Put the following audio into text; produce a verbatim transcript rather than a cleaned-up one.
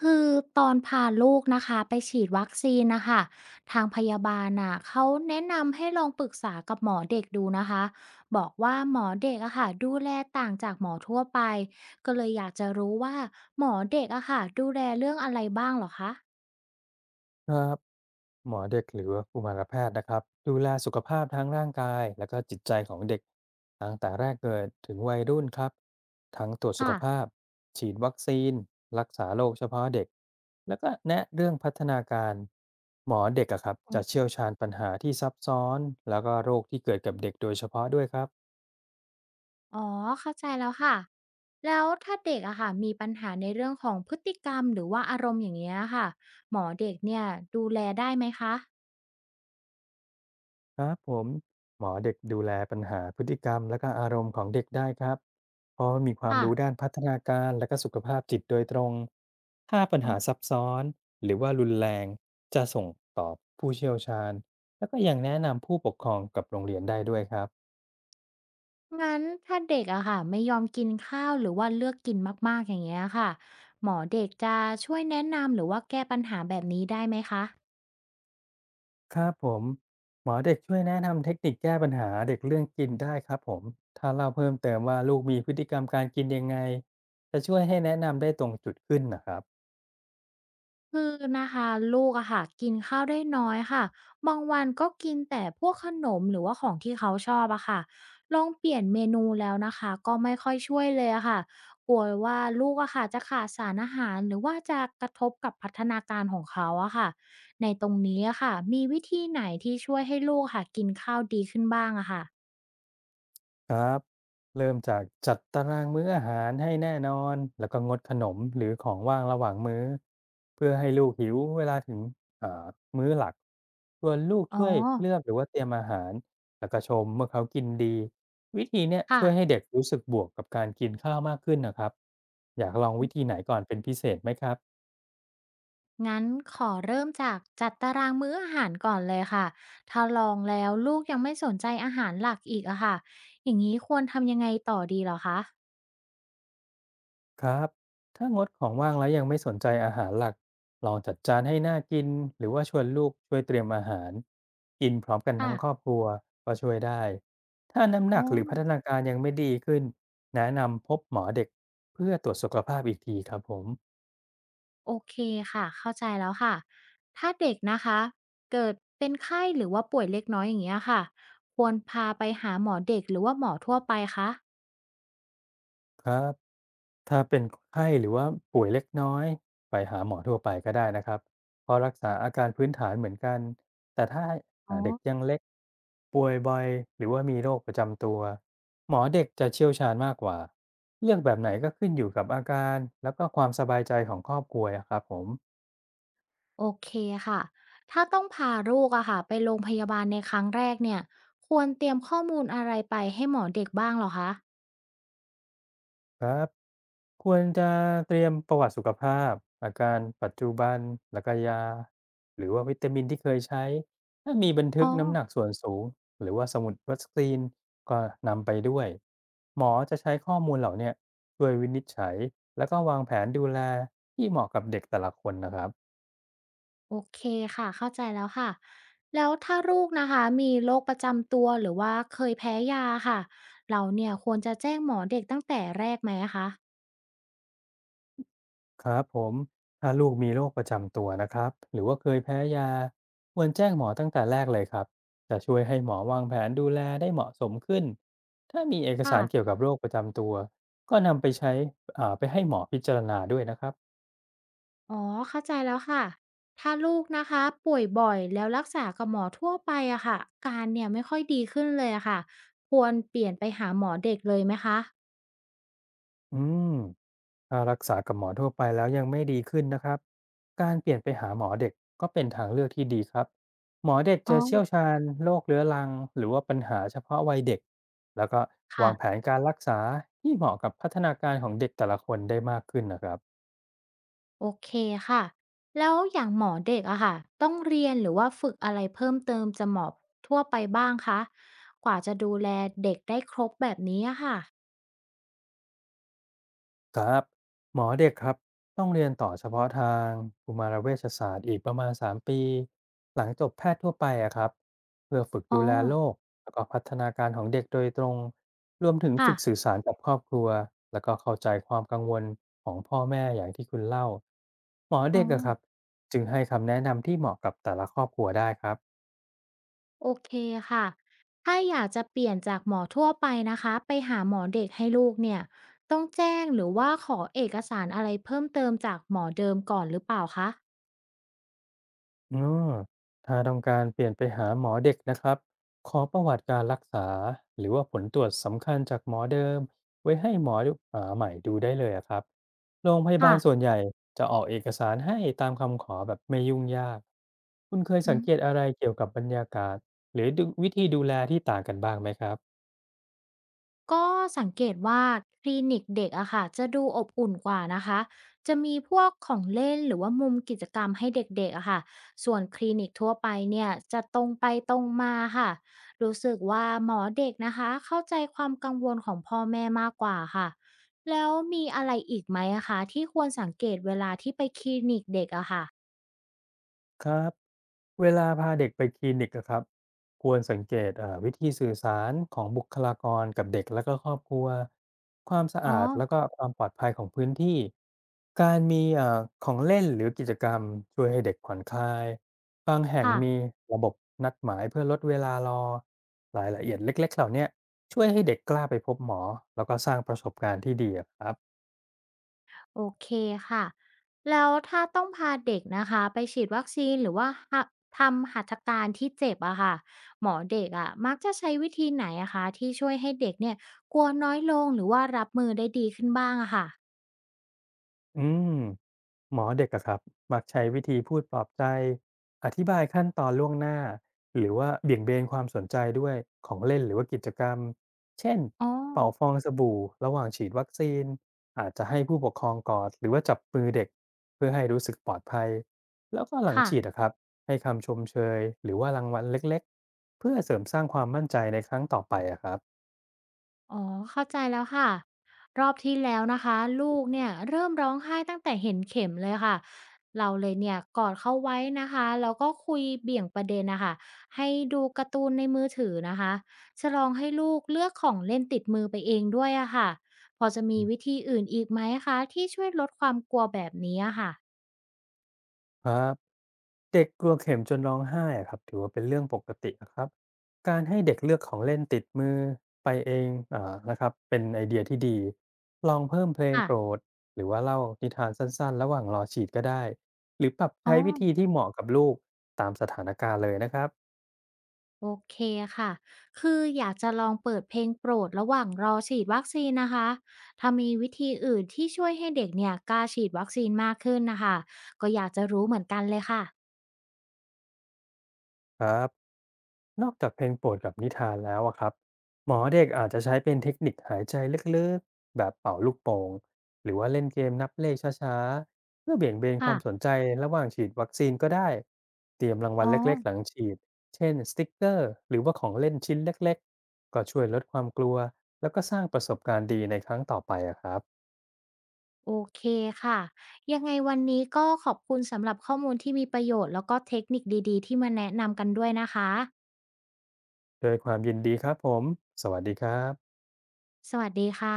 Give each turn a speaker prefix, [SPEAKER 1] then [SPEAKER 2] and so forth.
[SPEAKER 1] คือตอนพาลูกนะคะไปฉีดวัคซีนนะคะทางพยาบาลน่ะเขาแนะนำให้ลองปรึกษากับหมอเด็กดูนะคะบอกว่าหมอเด็กอะค่ะดูแลต่างจากหมอทั่วไปก็เลยอยากจะรู้ว่าหมอเด็กอะค่ะดูแลเรื่องอะไรบ้างเหรอคะ
[SPEAKER 2] ครับหมอเด็กหรือว่ากุมารแพทย์นะครับดูแลสุขภาพทั้งร่างกายและก็จิตใจของเด็กตั้งแต่แรกเกิดถึงวัยรุ่นครับทั้งตรวจสุข
[SPEAKER 1] ค่ะ
[SPEAKER 2] ภาพฉีดวัคซีนรักษาโรคเฉพาะเด็กแล้วก็แนะเรื่องพัฒนาการหมอเด็กอะครับ
[SPEAKER 1] อ๋
[SPEAKER 2] จะ
[SPEAKER 1] อ
[SPEAKER 2] เชี่ยวชาญปัญหาที่ซับซ้อนแล้วก็โรคที่เกิดกับเด็กโดยเฉพาะด้วยครับ
[SPEAKER 1] อ๋อเข้าใจแล้วค่ะแล้วถ้าเด็กอะค่ะมีปัญหาในเรื่องของพฤติกรรมหรือว่าอารมณ์อย่างเงี้ยค่ะหมอเด็กเนี่ยดูแลได้ไหมคะ
[SPEAKER 2] ครับผมหมอเด็กดูแลปัญหาพฤติกรรมและก็อารมณ์ของเด็กได้ครับเพราะมีความ
[SPEAKER 1] ค่ะ
[SPEAKER 2] รู้ด้านพัฒนาการและก็สุขภาพจิตโดยตรงถ้าปัญหาซับซ้อนหรือว่ารุนแรงจะส่งต่อผู้เชี่ยวชาญแล้วก็ยังแนะนำผู้ปกครองกับโรงเรียนได้ด้วยครับ
[SPEAKER 1] งั้นถ้าเด็กอะค่ะไม่ยอมกินข้าวหรือว่าเลือกกินมากๆอย่างเงี้ยค่ะหมอเด็กจะช่วยแนะนำหรือว่าแก้ปัญหาแบบนี้ได้ไหมคะ
[SPEAKER 2] ครับผมหมอเด็กช่วยแนะนำเทคนิคแก้ปัญหาเด็กเรื่องกินได้ครับผมถ้าเล่าเพิ่มเติมว่าลูกมีพฤติกรรมการกินยังไงจะช่วยให้แนะนำได้ตรงจุดขึ้นนะครับ
[SPEAKER 1] คือนะคะลูกอะค่ะกินข้าวได้น้อยค่ะบางวันก็กินแต่พวกขนมหรือว่าของที่เขาชอบอะค่ะลองเปลี่ยนเมนูแล้วนะคะก็ไม่ค่อยช่วยเลยอะค่ะกลัวว่าลูกอะค่ะจะขาดสารอาหารหรือว่าจะกระทบกับพัฒนาการของเขาอะค่ะในตรงนี้อะค่ะมีวิธีไหนที่ช่วยให้ลูกค่ะกินข้าวดีขึ้นบ้างอะค่ะ
[SPEAKER 2] ครับเริ่มจากจัดตารางมื้ออาหารให้แน่นอนแล้วก็งดขนมหรือของว่างระหว่างมื้อเพื่อให้ลูกหิวเวลาถึงเอ่อมื้อหลักส่วนลูก
[SPEAKER 1] อ๋อ
[SPEAKER 2] ช่วยเลือกหรือว่าเตรียมอาหารแล้วก็ชมเมื่อเขากินดีวิธีเนี้ย
[SPEAKER 1] ค่ะ
[SPEAKER 2] ช่วยให้เด็กรู้สึกบวกกับการกินข้าวมากขึ้นนะครับอยากลองวิธีไหนก่อนเป็นพิเศษไหมครับ
[SPEAKER 1] งั้นขอเริ่มจากจัดตารางมื้ออาหารก่อนเลยค่ะถ้าลองแล้วลูกยังไม่สนใจอาหารหลักอีกอะค่ะอย่างนี้ควรทำยังไงต่อดีเหรอคะ
[SPEAKER 2] ครับถ้างดของว่างแล้วยังไม่สนใจอาหารหลักลองจัดจานให้น่ากินหรือว่าชวนลูกช่วยเตรียมอาหารกินพร้อมกัน
[SPEAKER 1] ค่ะ
[SPEAKER 2] ทั้งครอบครัวก็ช่วยได้ถ้าน้ำห
[SPEAKER 1] อ๋
[SPEAKER 2] นั
[SPEAKER 1] อ
[SPEAKER 2] กหรือพัฒนาการยังไม่ดีขึ้นแนะนำพบหมอเด็กเพื่อตรวจสุขภาพอีกทีครับผม
[SPEAKER 1] โอเคค่ะเข้าใจแล้วค่ะถ้าเด็กนะคะเกิดเป็นไข้หรือว่าป่วยเล็กน้อยอย่างเงี้ยค่ะควรพาไปหาหมอเด็กหรือว่าหมอทั่วไปคะ
[SPEAKER 2] ครับถ้าเป็นไข้หรือว่าป่วยเล็กน้อยไปหาหมอทั่วไปก็ได้นะครับเพราะรักษาอาการพื้นฐานเหมือนกันแต่ถ้า
[SPEAKER 1] อ๋อ
[SPEAKER 2] อ่าเด็กยังเล็กป่วยบ่อยหรือว่ามีโรคประจำตัวหมอเด็กจะเชี่ยวชาญมากกว่าเลือกแบบไหนก็ขึ้นอยู่กับอาการแล้วก็ความสบายใจของครอบครัวอะครับผม
[SPEAKER 1] โอเคค่ะถ้าต้องพาลูกอะค่ะไปโรงพยาบาลในครั้งแรกเนี่ยควรเตรียมข้อมูลอะไรไปให้หมอเด็กบ้างเหรอคะ
[SPEAKER 2] ครับควรจะเตรียมประวัติสุขภาพอาการปัจจุบันแล้วก็ยาหรือว่าวิตามินที่เคยใช้ถ้ามีบันทึ
[SPEAKER 1] อ๋
[SPEAKER 2] ก
[SPEAKER 1] อ
[SPEAKER 2] น้ำหนักส่วนสูงหรือว่าสมุดวัสกรีนก็นำไปด้วยหมอจะใช้ข้อมูลเหล่าเนี้ยช่วยวินิจฉัยแล้วก็วางแผนดูแลที่เหมาะกับเด็กแต่ละคนนะครับ
[SPEAKER 1] โอเคค่ะเข้าใจแล้วค่ะแล้วถ้าลูกนะคะมีโรคประจำตัวหรือว่าเคยแพ้ยาค่ะเราเนี่ยควรจะแจ้งหมอเด็กตั้งแต่แรกไหมะคะ
[SPEAKER 2] ครับผมถ้าลูกมีโรคประจำตัวนะครับ หรือว่าเคยแพ้ยาควรแจ้งหมอตั้งแต่แรกเลยครับ จะช่วยให้หมอวางแผนดูแลได้เหมาะสมขึ้น ถ้ามีเอกสารเกี่ย
[SPEAKER 1] ค่ะ
[SPEAKER 2] วกับโรคประจำตัวก็นำไปใช้อ่าไปให้หมอพิจารณาด้วยนะครับ
[SPEAKER 1] อ๋อเข้าใจแล้วค่ะถ้าลูกนะคะป่วยบ่อยแล้วรักษากับหมอทั่วไปอะค่ะอาการเนี่ยไม่ค่อยดีขึ้นเลยอะค่ะควรเปลี่ยนไปหาหมอเด็กเลยไหมคะ
[SPEAKER 2] อืมถ้ารักษากับหมอทั่วไปแล้วยังไม่ดีขึ้นนะครับการเปลี่ยนไปหาหมอเด็กก็เป็นทางเลือกที่ดีครับหมอเด็ก
[SPEAKER 1] อ๋
[SPEAKER 2] จะเชี่ยว
[SPEAKER 1] อ
[SPEAKER 2] ชาญโรคเรื้อรังหรือว่าปัญหาเฉพาะวัยเด็กแล้วก็วา
[SPEAKER 1] ค่ะ
[SPEAKER 2] งแผนการรักษาที่เหมาะกับพัฒนาการของเด็กแต่ละคนได้มากขึ้นนะครับ
[SPEAKER 1] โอเคค่ะ แล้วอย่างหมอเด็กอะค่ะต้องเรียนหรือว่าฝึกอะไรเพิ่มเติมจะหมอทั่วไปบ้างคะกว่าจะดูแลเด็กได้ครบแบบนี้อะค่ะ
[SPEAKER 2] ครับหมอเด็กครับต้องเรียนต่อเฉพาะทางกุมารเวชศาสตร์อีกประมาณสามปีหลังจบแพทย์ทั่วไปอะครับเพื่อฝึก
[SPEAKER 1] อ๋อ
[SPEAKER 2] ดูแลโรคแล้วก็พัฒนาการของเด็กโดยตรงรวมถึง
[SPEAKER 1] ค่ะ
[SPEAKER 2] ฝึกสื่อสารกับครอบครัวแล้วก็เข้าใจความกังวลของพ่อแม่อย่างที่คุณเล่าหมอ
[SPEAKER 1] อ๋อ
[SPEAKER 2] เด็กอะครับจึงให้คำแนะนำที่เหมาะกับแต่ละครอบครัวได้ครับ
[SPEAKER 1] โอเคค่ะ ถ้าอยากจะเปลี่ยนจากหมอทั่วไปนะคะไปหาหมอเด็กให้ลูกเนี่ยต้องแจ้งหรือว่าขอเอกสารอะไรเพิ่มเติมจากหมอเดิมก่อนหรือเปล่าคะ
[SPEAKER 2] อ๋อถ้าต้องการเปลี่ยนไปหาหมอเด็กนะครับขอประวัติการรักษาหรือว่าผลตรวจสำคัญจากหมอเดิมไว้ให้หมอดูอ่าใหม่ดูได้เลยอะครับโรงพยาบา
[SPEAKER 1] ค่ะ
[SPEAKER 2] ลส่วนใหญ่จะออกเอกสารให้ตามคำขอแบบไม่ยุ่งยากคุณเคย
[SPEAKER 1] อื
[SPEAKER 2] สัง
[SPEAKER 1] ม
[SPEAKER 2] เกตอะไรเกี่ยวกับบรรยากาศหรือดูวิธีดูแลที่ต่างกันบ้างไหมครับ
[SPEAKER 1] ก็สังเกตว่าคลินิกเด็กอะค่ะจะดูอบอุ่นกว่านะคะจะมีพวกของเล่นหรือว่ามุมกิจกรรมให้เด็กๆอะค่ะส่วนคลินิกทั่วไปเนี่ยจะตรงไปตรงมาค่ะรู้สึกว่าหมอเด็กนะคะเข้าใจความกังวลของพ่อแม่มากกว่าค่ะแล้วมีอะไรอีกไหมอะคะที่ควรสังเกตเวลาที่ไปคลินิกเด็กอะค่ะ
[SPEAKER 2] ครับเวลาพาเด็กไปคลินิกอะครับควรสังเกตเอ่อวิธีสื่อสารของบุคลากรกับเด็กและก็ครอบครัวความสะ
[SPEAKER 1] อ๋อ
[SPEAKER 2] อาดแล้วก็ความปลอดภัยของพื้นที่การมีเอ่อของเล่นหรือกิจกรรมช่วยให้เด็กผ่อนคลายบางแห่ง
[SPEAKER 1] ค่ะ
[SPEAKER 2] มีระบบนัดหมายเพื่อลดเวลารอรายละเอียดเล็กๆเหล่าเนี้ยช่วยให้เด็กกล้าไปพบหมอแล้วก็สร้างประสบการณ์ที่ดีอะครับ
[SPEAKER 1] โอเคค่ะแล้วถ้าต้องพาเด็กนะคะไปฉีดวัคซีนหรือว่าหะทำหัตถการที่เจ็บอะค่ะหมอเด็กอะมักจะใช้วิธีไหนอะคะที่ช่วยให้เด็กเนี่ยกลัวน้อยลงหรือว่ารับมือได้ดีขึ้นบ้างอะค่ะ
[SPEAKER 2] อืมหมอเด็กอะครับมักใช้วิธีพูดปลอบใจอธิบายขั้นตอนล่วงหน้าหรือว่าเบี่ยงเบนความสนใจด้วยของเล่นหรือว่ากิจกรรมเช่น
[SPEAKER 1] อ๋อ
[SPEAKER 2] เป่าฟองสบู่ระหว่างฉีดวัคซีนอาจจะให้ผู้ปกครองกอดหรือว่าจับมือเด็กเพื่อให้รู้สึกปลอดภัยแล้วก็หลัง
[SPEAKER 1] ค่ะ
[SPEAKER 2] ฉีดอะครับให้คำชมเชยหรือว่ารางวัลเล็กๆเพื่อเสริมสร้างความมั่นใจในครั้งต่อไปอะครับ
[SPEAKER 1] อ๋อเข้าใจแล้วค่ะรอบที่แล้วนะคะลูกเนี่ยเริ่มร้องไห้ตั้งแต่เห็นเข็มเลยค่ะเราเลยเนี่ยกอดเขาไว้นะคะแล้วก็คุยเบี่ยงประเด็นนะคะให้ดูการ์ตูนในมือถือนะคะฉลองให้ลูกเลือกของเล่นติดมือไปเองด้วยอะค่ะพอจะมีวิธีอื่นอีกไหมคะที่ช่วยลดความกลัวแบบนี้อะค่ะ
[SPEAKER 2] ครับเด็กกลัวเข็มจนร้องไห้อะครับถือว่าเป็นเรื่องปกตินะครับการให้เด็กเลือกของเล่นติดมือไปเองอ่านะครับเป็นไอเดียที่ดีลองเพิ่มเพลง
[SPEAKER 1] ค่ะ
[SPEAKER 2] โปรดหรือว่าเล่านิทานสั้นๆระหว่างรอฉีดก็ได้หรือปรับ
[SPEAKER 1] อ๋อ
[SPEAKER 2] ใช้วิธีที่เหมาะกับลูกตามสถานการณ์เลยนะครับ
[SPEAKER 1] โอเคค่ะ คืออยากจะลองเปิดเพลงโปรดระหว่างรอฉีดวัคซีนนะคะ ถ้ามีวิธีอื่นที่ช่วยให้เด็กเนี่ยกล้าฉีดวัคซีนมากขึ้นนะคะ ก็อยากจะรู้เหมือนกันเลยค่ะ
[SPEAKER 2] ครับนอกจากเพลงโปรดกับนิทานแล้วอะครับหมอเด็กอาจจะใช้เป็นเทคนิคหายใจลึกๆแบบเป่าลูกโป่งหรือว่าเล่นเกมนับเลขช้าๆเพื่อเบี่ยงเบนค
[SPEAKER 1] ค่ะ
[SPEAKER 2] วามสนใจระหว่างฉีดวัคซีนก็ได้เตรียมรางวั
[SPEAKER 1] อ๋
[SPEAKER 2] ล
[SPEAKER 1] อ
[SPEAKER 2] เล็กๆหลังฉีดเช่นสติกเกอร์หรือว่าของเล่นชิ้นเล็กๆก็ช่วยลดความกลัวแล้วก็สร้างประสบการณ์ดีในครั้งต่อไปอะครับ
[SPEAKER 1] โอเคค่ะ ยังไงวันนี้ก็ขอบคุณสำหรับข้อมูลที่มีประโยชน์แล้วก็เทคนิคดีๆที่มาแนะนำกันด้วยนะคะ
[SPEAKER 2] โดวยความยินดีครับผมสวัสดีครับ
[SPEAKER 1] สวัสดีค่ะ